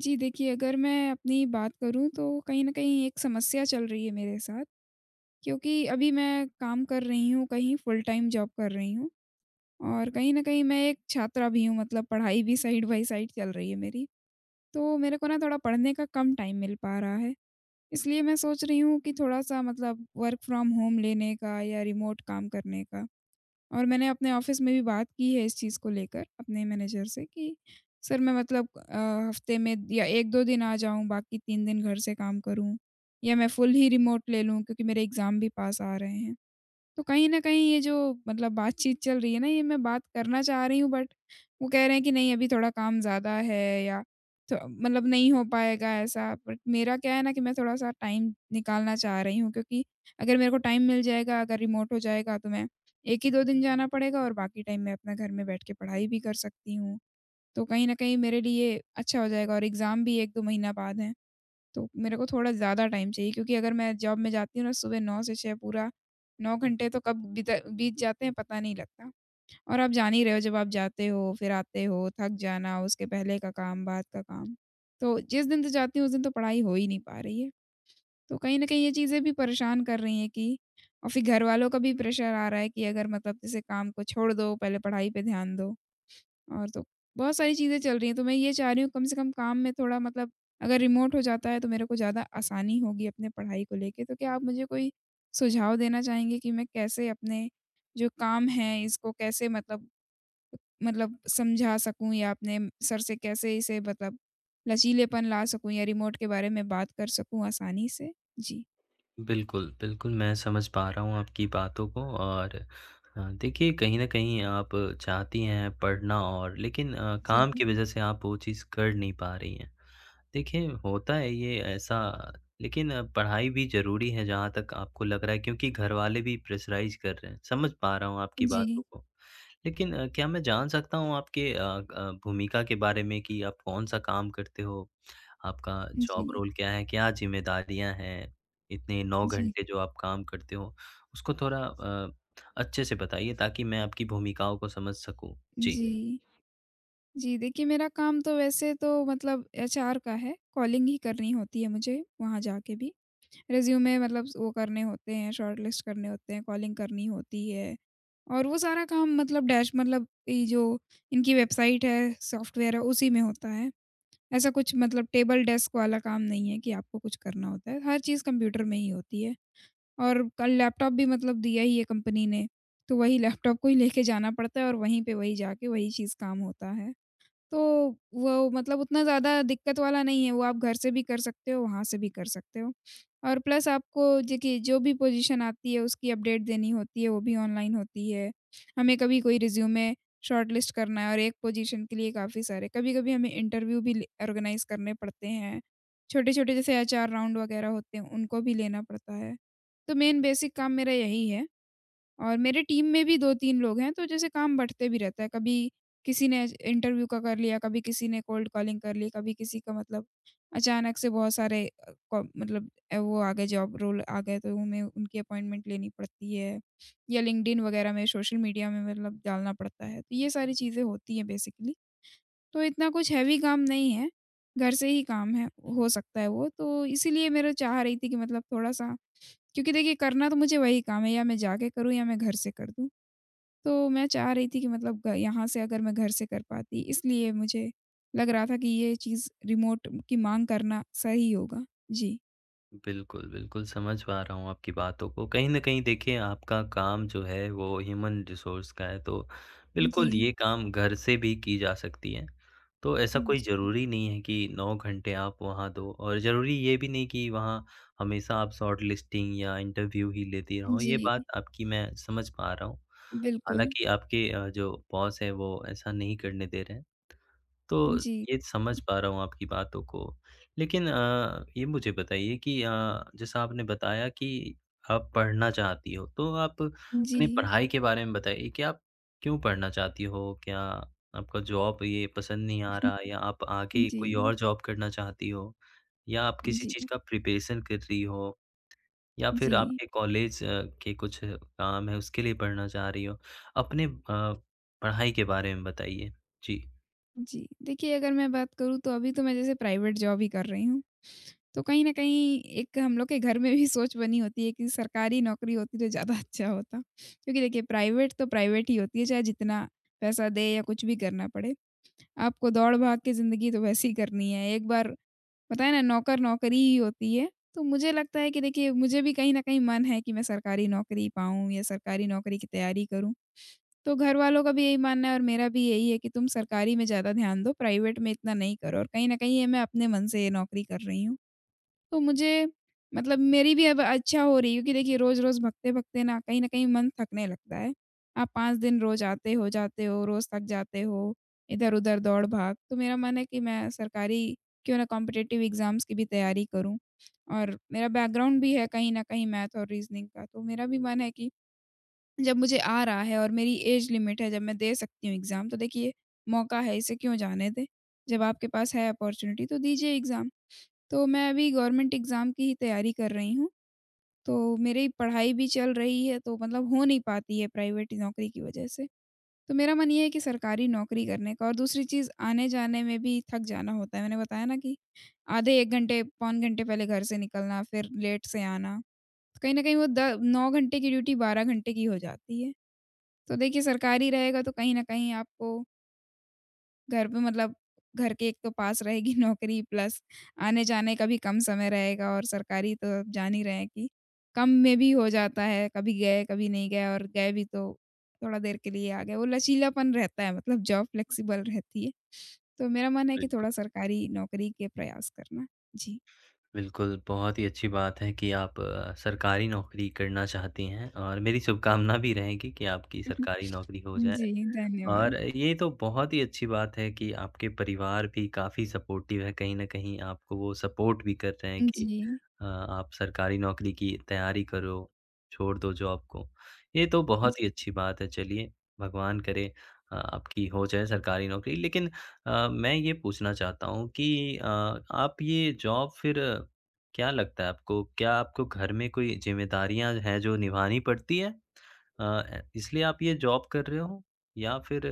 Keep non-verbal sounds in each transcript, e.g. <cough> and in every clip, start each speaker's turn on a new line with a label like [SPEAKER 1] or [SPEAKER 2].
[SPEAKER 1] जी, देखिए अगर मैं अपनी बात करूँ तो कहीं न कहीं एक समस्या चल रही है मेरे साथ क्योंकि अभी मैं काम कर रही हूँ कहीं फुल टाइम जॉब कर रही हूँ और कहीं न कहीं मैं एक छात्रा भी हूँ मतलब पढ़ाई भी साइड बाय साइड चल रही है मेरी। तो मेरे को ना थोड़ा पढ़ने का कम टाइम मिल पा रहा है, इसलिए मैं सोच रही हूँ कि थोड़ा-सा मतलब वर्क फ्रॉम होम लेने का या रिमोट काम करने का। और मैंने अपने ऑफ़िस में भी बात की है इस चीज़ को लेकर अपने मैनेजर से कि सर मैं मतलब हफ़्ते में या 1-2 दिन आ जाऊँ, बाकी 3 दिन घर से काम करूँ या मैं फुल ही रिमोट ले लूँ क्योंकि मेरे एग्ज़ाम भी पास आ रहे हैं। तो कहीं न कहीं ये जो मतलब बातचीत चल रही है ना, ये मैं बात करना चाह रही हूँ बट वो कह रहे हैं कि नहीं अभी थोड़ा काम ज़्यादा है या तो मतलब नहीं हो पाएगा ऐसा। बट मेरा क्या है ना कि मैं थोड़ा-सा टाइम निकालना चाह रही हूँ क्योंकि अगर मेरे को टाइम मिल जाएगा, अगर रिमोट हो जाएगा तो मैं 1 ही 2 दिन जाना पड़ेगा और बाकी टाइम मैं अपना घर में बैठ के पढ़ाई भी कर सकती हूँ। तो कहीं न कहीं मेरे लिए अच्छा हो जाएगा और एग्ज़ाम भी 1-2 महीना बाद है। तो मेरे को थोड़ा ज़्यादा टाइम चाहिए क्योंकि अगर मैं जॉब में जाती हूँ ना सुबह 9 से 6 पूरा 9 घंटे तो कब बीत जाते हैं पता नहीं लगता। और आप जान ही रहे हो जब आप जाते हो, फिर आते हो, थक जाना, उसके पहले का काम, बाद का काम। तो जिस दिन तो जाती हूँ उस दिन तो पढ़ाई हो ही नहीं पा रही है। तो कहीं न कहीं ये चीज़ें भी परेशान कर रही हैं कि और फिर घरवालों का भी प्रेशर आ रहा है कि अगर मतलब जैसे काम को छोड़ दो, पहले पढ़ाई पे ध्यान दो। और तो बहुत सारी चीज़ें चल रही हैं, तो मैं ये चाह रही हूँ कम से कम काम में थोड़ा मतलब अगर रिमोट हो जाता है तो मेरे को ज़्यादा आसानी होगी अपने पढ़ाई को लेके। तो क्या आप मुझे कोई सुझाव देना चाहेंगे कि मैं कैसे अपने जो काम है इसको कैसे मतलब समझा सकूँ या अपने सर से कैसे इसे मतलब लचीलेपन ला सकूँ या रिमोट के बारे में बात कर सकूँ आसानी से? जी।
[SPEAKER 2] बिल्कुल, बिल्कुल, मैं समझ पा रहा हूँ आपकी बातों को और देखिए कहीं न कहीं आप चाहती हैं पढ़ना और लेकिन
[SPEAKER 1] जी,
[SPEAKER 2] काम की वज़ह से आप वो चीज़ कर नहीं पा रही हैं। देखिए होता है ये ऐसा लेकिन पढ़ाई भी ज़रूरी है जहाँ तक आपको लग रहा है क्योंकि घरवाले भी प्रेशराइज़ कर रहे हैं। समझ पा रहा हूँ आपकी बातों
[SPEAKER 1] जी,
[SPEAKER 2] को। लेकिन क्या मैं जान सकता हूँ आपके भूमिका के बारे में कि आप कौन-सा काम करते हो? आपका जॉब
[SPEAKER 1] जी,
[SPEAKER 2] रोल क्या है, क्या ज़िम्मेदारियाँ हैं, इतने 9
[SPEAKER 1] जी,
[SPEAKER 2] घंटे जो आप काम करते हो, उसको थोड़ा अच्छे से बताइए ताकि मैं आपकी भूमिकाओं को समझ सकूँ। जी।
[SPEAKER 1] जी। जी, देखिए मेरा काम तो वैसे तो मतलब एचआर का है, कॉलिंग ही करनी होती है मुझे वहाँ जाके भी। रिज़्यूमे मतलब वो करने होते हैं, शॉर्टलिस्ट करने होते हैं, कॉलिंग करनी होती है और वो सारा काम मतलब डैश मतलब ये जो इनकी वेबसाइट है, सॉफ्टवेयर है, उसी में होता है। ऐसा कुछ मतलब टेबल डेस्क वाला काम नहीं है कि आपको कुछ करना होता है, हर चीज़ कंप्यूटर में ही होती है और कल लैपटॉप भी मतलब दिया ही है कंपनी ने, तो वही लैपटॉप को ही लेके जाना पड़ता है और वहीं पे वही जाके वही चीज़ काम होता है। तो वो मतलब उतना ज़्यादा दिक्कत वाला नहीं है, वो आप घर से भी कर सकते हो, वहाँ से भी कर सकते हो। और प्लस आपको देखिए जो भी पोज़ीशन आती है उसकी अपडेट देनी होती है, वो भी ऑनलाइन होती है। हमें कभी कोई रिज़्यूमे शॉर्टलिस्ट करना है और एक पोज़ीशन के लिए काफ़ी सारे कभी-कभी हमें इंटरव्यू भी ले ऑर्गेनाइज़ करने पड़ते हैं। छोटे-छोटे जैसे एचआर राउंड वग़ैरह होते हैं, उनको भी लेना पड़ता है। तो मेन बेसिक काम मेरा यही है। और मेरे टीम में भी 2-3 लोग हैं, तो जैसे काम बँटते भी रहता है। कभी किसी ने इंटरव्यू का कर लिया, कभी किसी ने कोल्ड कॉलिंग कर ली, कभी किसी का मतलब अचानक से बहुत सारे को मतलब वो आ गए जॉब रोल आ गए, तो हमें उनकी अपॉइंटमेंट लेनी पड़ती है या लिंक्डइन वगैरह में सोशल मीडिया में मतलब डालना पड़ता है। तो ये सारी चीज़ें होती हैं बेसिकली। तो इतना कुछ हैवी काम नहीं है, घर से ही काम है, हो सकता है वो। तो इसीलिए मेरा चाह रही थी कि मतलब थोड़ा-सा क्योंकि देखिए करना तो मुझे वही काम है, या मैं जाके करूँ या मैं घर से कर दूँ। तो मैं चाह रही थी कि मतलब ग यहाँ से अगर मैं घर से कर पाती, इसलिए मुझे लग रहा था कि ये चीज़ रिमोट की माँग करना सही होगा। जी।
[SPEAKER 2] बिल्कुल, बिल्कुल समझ पा रहा हूँ आपकी बातों को। कहीं न कहीं देखिए आपका काम जो है वो ह्यूमन रिसोर्स का है तो
[SPEAKER 1] जी।
[SPEAKER 2] बिल्कुल ये काम घर से भी की जा सकती है। तो ऐसा कोई
[SPEAKER 1] जी।
[SPEAKER 2] ज़रूरी नहीं है कि 9 घंटे आप वहाँ दो और ज़रूरी ये भी नहीं कि वहाँ हमेशा आप शॉर्ट लिस्टिंग या इंटरव्यू ही लेते रहो, ये
[SPEAKER 1] जी,
[SPEAKER 2] बात आपकी मैं समझ पा रहा हूँ।
[SPEAKER 1] बिल्कुल।
[SPEAKER 2] हालाँकि आपके जो बॉस है वो ऐसा नहीं करने दे रहे हैं। तो
[SPEAKER 1] जी,
[SPEAKER 2] ये समझ पा रहा हूँ आपकी बातों को। लेकिन ये मुझे बताइए कि जैसा आपने बताया कि आप पढ़ना चाहती हो, तो आप
[SPEAKER 1] जी।
[SPEAKER 2] अपनी पढ़ाई के बारे में बताइए कि आप क्यों पढ़ना चाहती हो? क्या आपका जॉब ये पसंद नहीं आ रहा या आप
[SPEAKER 1] <laughs>
[SPEAKER 2] आगे
[SPEAKER 1] जी,
[SPEAKER 2] कोई और जॉब करना चाहती हो? या आप किसी
[SPEAKER 1] जी,
[SPEAKER 2] चीज़ का प्रिपरेशन कर रही हो? या फिर
[SPEAKER 1] जी।
[SPEAKER 2] आपके कॉलेज के कुछ काम है उसके लिए पढ़ना चाह रही हो? अपने पढ़ाई के बारे में बताइए। जी।
[SPEAKER 1] जी, देखिए अगर मैं बात करूँ तो अभी तो मैं जैसे प्राइवेट जॉब ही कर रही हूँ। तो कहीं न कहीं एक हम लोग के घर में भी सोच बनी होती है कि सरकारी नौकरी होती तो ज़्यादा अच्छा होता। क्योंकि देखिए प्राइवेट तो प्राइवेट ही होती है, चाहे जितना पैसा दे या कुछ भी करना पड़े। आपको दौड़-भाग की ज़िंदगी तो वैसे ही करनी है। एक बार पता है ना नौकर-नौकरी ही होती है। तो मुझे लगता है कि देखिए मुझे भी कहीं न कहीं मन है कि मैं सरकारी नौकरी पाऊँ या सरकारी नौकरी की तैयारी करूँ। तो घरवालों का भी यही मानना है और मेरा भी यही है कि तुम सरकारी में ज़्यादा ध्यान दो, प्राइवेट में इतना नहीं करो और कहीं न कहीं ये मैं अपने मन से ये नौकरी कर रही हूँ। तो मुझे मतलब मेरी भी अब अच्छा हो रही क्योंकि देखिए रोज़-रोज़ भगते-भगते ना कहीं न कहीं मन थकने लगता है। आप 5 दिन रोज़ आते हो, जाते हो, रोज़ थक जाते हो, इधर-उधर दौड़-भाग। तो मेरा मन है कि मैं सरकारी क्यों ना कॉम्पिटिटिव एग्ज़ाम्स की भी तैयारी करूँ और मेरा बैकग्राउंड भी है कहीं न कहीं मैथ और रीज़निंग का। तो मेरा भी मन है कि जब मुझे आ रहा है और मेरी एज लिमिट है, जब मैं दे सकती हूँ एग्ज़ाम तो देखिए मौका है, इसे क्यों जाने दें? जब आपके पास है अपॉर्च्युनिटी तो दीजिए एग्ज़ाम। तो मैं अभी गवर्नमेंट एग्ज़ाम की ही तैयारी कर रही हूँ, तो मेरी पढ़ाई भी चल रही है तो मतलब हो नहीं पाती है प्राइवेट नौकरी की वजह से। तो मेरा मन ये है कि सरकारी नौकरी करने का और दूसरी चीज़ आने-जाने में भी थक जाना होता है। मैंने बताया ना कि आधे 1 घंटे, पौन घंटे पहले घर से निकलना, फिर लेट से आना। तो कहीं न कहीं वो द 9 घंटे की ड्यूटी 12 घंटे की हो जाती है। तो देखिए सरकारी रहेगा तो कहीं न कहीं आपको घर पे मतलब घर के एक तो पास रहेगी <laughs> नौकरी प्लस आने-जाने का भी कम समय रहेगा और सरकारी तो आप जान ही रहे हैं कि कम में भी हो जाता है, कभी गए, कभी नहीं गए और गए भी तो थोड़ा देर के लिए आ गए। वो लचीलापन रहता है मतलब जॉब फ्लेक्सिबल रहती है। तो मेरा मन है कि थोड़ा सरकारी नौकरी के प्रयास करना। जी।
[SPEAKER 2] बिल्कुल, बहुत ही अच्छी बात है कि आप सरकारी नौकरी करना चाहती हैं और मेरी शुभकामना भी रहेगी कि आपकी सरकारी नौकरी हो
[SPEAKER 1] <laughs>
[SPEAKER 2] जाए।
[SPEAKER 1] जी, धन्यवाद।
[SPEAKER 2] और ये तो बहुत ही अच्छी बात है कि आपके परिवार भी काफ़ी सपोर्टिव है। कहीं न कहीं आपको वो सपोर्ट भी कर रहे हैं कि
[SPEAKER 1] जी,
[SPEAKER 2] आप सरकारी नौकरी की तैयारी करो, छोड़ दो जॉब को। ये तो बहुत ही
[SPEAKER 1] जी।
[SPEAKER 2] अच्छी बात है। चलिए, भगवान करे आपकी हो जाए सरकारी नौकरी। लेकिन मैं ये पूछना चाहता हूँ कि आप ये जॉब फिर क्या लगता है आपको? क्या आपको घर में कोई ज़िम्मेदारियाँ हैं जो निभानी पड़ती है? अ, इसलिए आप ये जॉब कर रहे हो? या फिर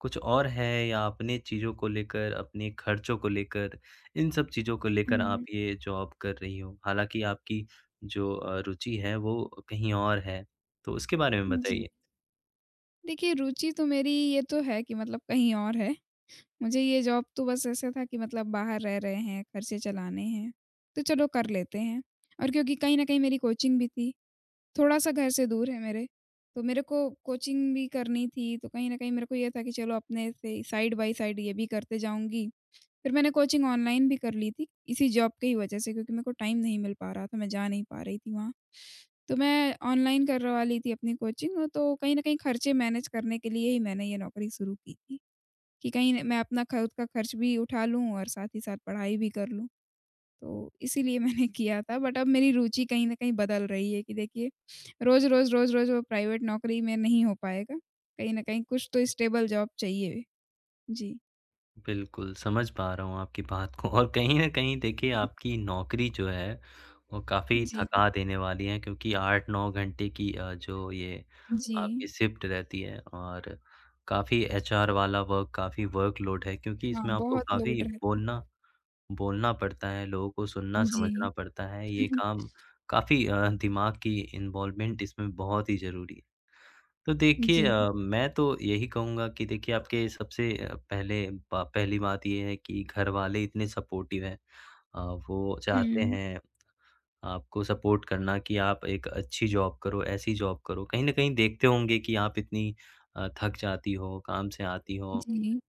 [SPEAKER 2] कुछ और है या अपने चीज़ों को लेकर, अपने खर्चों को लेकर, इन सब चीज़ों को लेकर आप
[SPEAKER 1] हुँ,
[SPEAKER 2] ये जॉब कर रही हो। हालाँकि आपकी जो रुचि है वो कहीं और है, तो उसके बारे में
[SPEAKER 1] जी।
[SPEAKER 2] बताइए?
[SPEAKER 1] देखिए रुचि तो मेरी ये तो है कि मतलब कहीं और है। मुझे ये जॉब तो बस ऐसा था कि मतलब बाहर रह रहे हैं, खर्चे चलाने हैं, तो चलो कर लेते हैं। और क्योंकि कहीं न कहीं मेरी कोचिंग भी थी, थोड़ा-सा घर से दूर है मेरे, तो मेरे को कोचिंग भी करनी थी, तो कहीं न कहीं मेरे को ये था कि चलो अपने से साइड बाय साइड ये भी करते जाऊँगी। फिर मैंने कोचिंग ऑनलाइन भी कर ली थी, इसी जॉब की ही वजह से क्योंकि मेरे को टाइम नहीं मिल पा रहा था, मैं जा नहीं पा रही थी वहाँ। तो मैं ऑनलाइन करवा ली थी अपनी कोचिंग, तो कहीं न कहीं खर्चे मैनेज करने के लिए ही मैंने ये नौकरी शुरू की थी। कि कहीं न मैं अपना खुद का खर्च भी उठा लूँ और साथ ही साथ पढ़ाई भी कर लूँ। तो इसीलिए मैंने <laughs> किया था बट अब मेरी रुचि कहीं न कहीं बदल रही है कि देखिए रोज़-रोज़, रोज़-रोज़ वो प्राइवेट नौकरी में नहीं हो पाएगा। कहीं न कहीं कुछ तो स्टेबल जॉब चाहिए। जी।
[SPEAKER 2] बिल्कुल, समझ पा रहा हूँ आपकी बात को और कहीं न कहीं देखिए आपकी नौकरी जो है, वो काफ़ी
[SPEAKER 1] जी,
[SPEAKER 2] थका देने वाली है क्योंकि 8-9 घंटे की जो ये
[SPEAKER 1] जी।
[SPEAKER 2] आपकी शिफ्ट रहती है और काफ़ी एचआर वाला वर्क, काफ़ी वर्कलोड है क्योंकि
[SPEAKER 1] हाँ,
[SPEAKER 2] इसमें आपको
[SPEAKER 1] बहुत
[SPEAKER 2] काफ़ी
[SPEAKER 1] लोड रह
[SPEAKER 2] बोलना बोलना पड़ता है, लोगों को
[SPEAKER 1] जी।
[SPEAKER 2] सुनना-समझना पड़ता है, ये
[SPEAKER 1] <laughs>
[SPEAKER 2] काम काफ़ी दिमाग की इन्वॉल्वमेंट इसमें बहुत ही ज़रूरी है। तो देखिए
[SPEAKER 1] जी।
[SPEAKER 2] मैं तो यही कहूँगा कि देखिए आपके सबसे पहले प पहली बात ये है कि घरवाले इतने सपोर्टिव हैं। अ, वो चाहते
[SPEAKER 1] हुँ,
[SPEAKER 2] हैं आपको सपोर्ट करना कि आप एक अच्छी जॉब करो, ऐसी जॉब करो। कहीं न कहीं देखते होंगे कि आप इतनी थक जाती हो, काम से आती हो
[SPEAKER 1] जी, जी।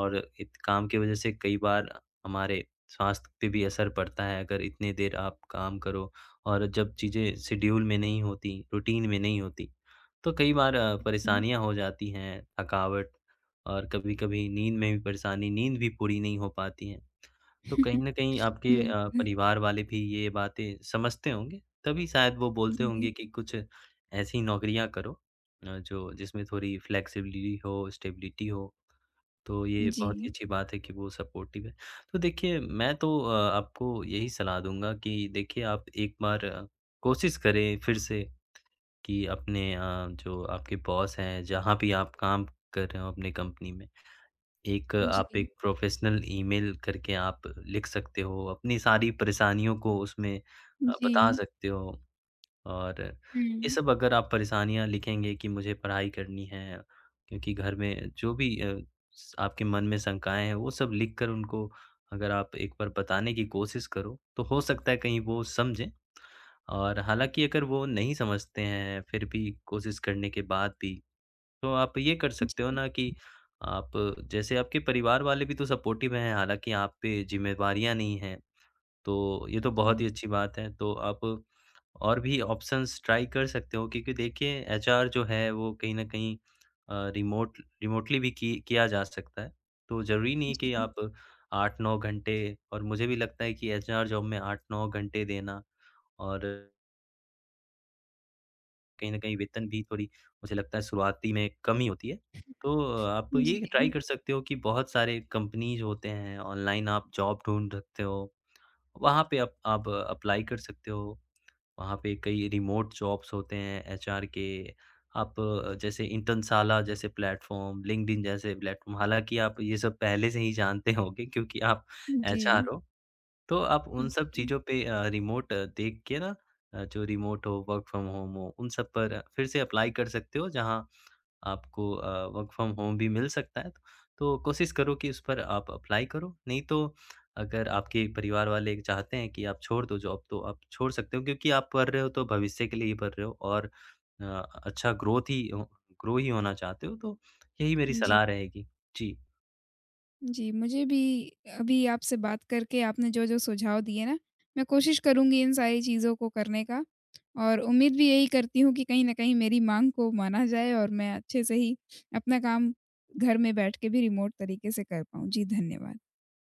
[SPEAKER 2] और इत काम की वजह से कई बार हमारे स्वास्थ्य पे भी असर पड़ता है अगर इतने देर आप काम करो और जब चीज़ें शेड्यूल में नहीं होती, रूटीन में नहीं होती, तो कई बार परेशानियाँ हो जाती हैं, थकावट और कभी-कभी नींद में भी परेशानी, नींद भी पूरी नहीं हो पाती है। तो कहीं
[SPEAKER 1] <laughs>
[SPEAKER 2] न कहीं आपके
[SPEAKER 1] बिल्कुल।
[SPEAKER 2] परिवार वाले भी ये बातें समझते होंगे, तभी शायद वो बोलते
[SPEAKER 1] जी,
[SPEAKER 2] होंगे कि कुछ ऐसी नौकरियाँ करो जो जिसमें थोड़ी फ्लेक्सिबिलिटी हो, स्टेबिलिटी हो। तो ये बहुत
[SPEAKER 1] जी,
[SPEAKER 2] ही अच्छी बात है कि वो सपोर्टिव है। तो देखिए मैं तो आपको यही सलाह दूँगा कि देखिए आप एक बार कोशिश करें फिर से कि अपने जो आपके बॉस हैं, जहाँ भी आप काम कर रहे हो अपने कंपनी में,
[SPEAKER 1] जी,
[SPEAKER 2] आप एक प्रोफ़ेशनल ईमेल करके आप लिख सकते हो, अपनी सारी परेशानियों को उसमें
[SPEAKER 1] जी।
[SPEAKER 2] बता सकते हो। और ये
[SPEAKER 1] हुँ,
[SPEAKER 2] सब अगर आप परेशानियाँ लिखेंगे कि मुझे पढ़ाई करनी है, क्योंकि घर में जो भी अ, स आपके मन में शंकाएँ हैं, वो सब लिख कर उनको अगर आप एक बार बताने की कोशिश करो, तो हो सकता है कहीं वो समझें। और हालाँकि अगर वो नहीं समझते हैं, फिर भी कोशिश करने के बाद भी, तो आप ये कर सकते हो
[SPEAKER 1] जी,
[SPEAKER 2] ना कि आप जैसे आपके परिवार वाले भी तो सपोर्टिव हैं, हालाँकि आप पे ज़िम्मेवारियाँ नहीं हैं, तो ये तो बहुत ही
[SPEAKER 1] जी,
[SPEAKER 2] अच्छी बात है। तो आप और भी ऑप्शंस ट्राई कर सकते हो क्योंकि देखिए एचआर जो है वो कहीं न कहीं रिमोटली भी की किया जा सकता है। तो ज़रूरी नहीं कि आप 8-9 घंटे और मुझे भी लगता है कि एचआर जॉब में 8-9 घंटे देना और कहीं न कहीं वेतन भी थोड़ी मुझे लगता है शुरुआती में कम ही होती है। तो आप
[SPEAKER 1] जी,
[SPEAKER 2] ये ट्राई
[SPEAKER 1] जी।
[SPEAKER 2] कर सकते हो कि बहुत सारे कंपनीज़ होते हैं, ऑनलाइन आप जॉब ढूँढ सकते हो, वहाँ पे आप अप्लाई कर सकते हो। वहाँ पे कई रिमोट जॉब्स होते हैं एचआर के। आप जैसे इंटर्नशाला जैसे प्लेटफ़ॉर्म, लिंक्डइन जैसे प्लेटफ़ॉर्म हालाँकि आप ये सब पहले से ही जानते होंगे क्योंकि आप
[SPEAKER 1] जी,
[SPEAKER 2] एचआर हो। तो आप उन सब
[SPEAKER 1] जी,
[SPEAKER 2] चीज़ों पे देख के ना जो रिमोट हो, वर्क फ्रॉम होम हो, उन सब पर फिर से अप्लाई कर सकते हो जहाँ आपको वर्क फ्रॉम होम भी मिल सकता है। तो कोशिश करो कि उस पर आप अप्लाई करो, नहीं तो अगर आपके परिवार वाले चाहते हैं कि आप छोड़ दो जॉब तो आप छोड़ सकते हो क्योंकि आप पढ़ रहे हो तो भविष्य के लिए ही पढ़ रहे हो और अ, अच्छा ग्रोथ ही अ, ग्रो ही होना चाहते हो तो यही मेरी
[SPEAKER 1] जी,
[SPEAKER 2] सलाह रहेगी। जी।
[SPEAKER 1] जी। मुझे भी अभी आपसे बात करके आपने जो-जो सुझाव दिए ना, मैं कोशिश करूँगी इन सारी चीज़ों को करने का और उम्मीद भी यही करती हूँ कि कहीं न कहीं मेरी माँग को माना जाए और मैं अच्छे से ही अपना काम घर में बैठ के भी रिमोट तरीके से कर पाऊँ। जी, धन्यवाद।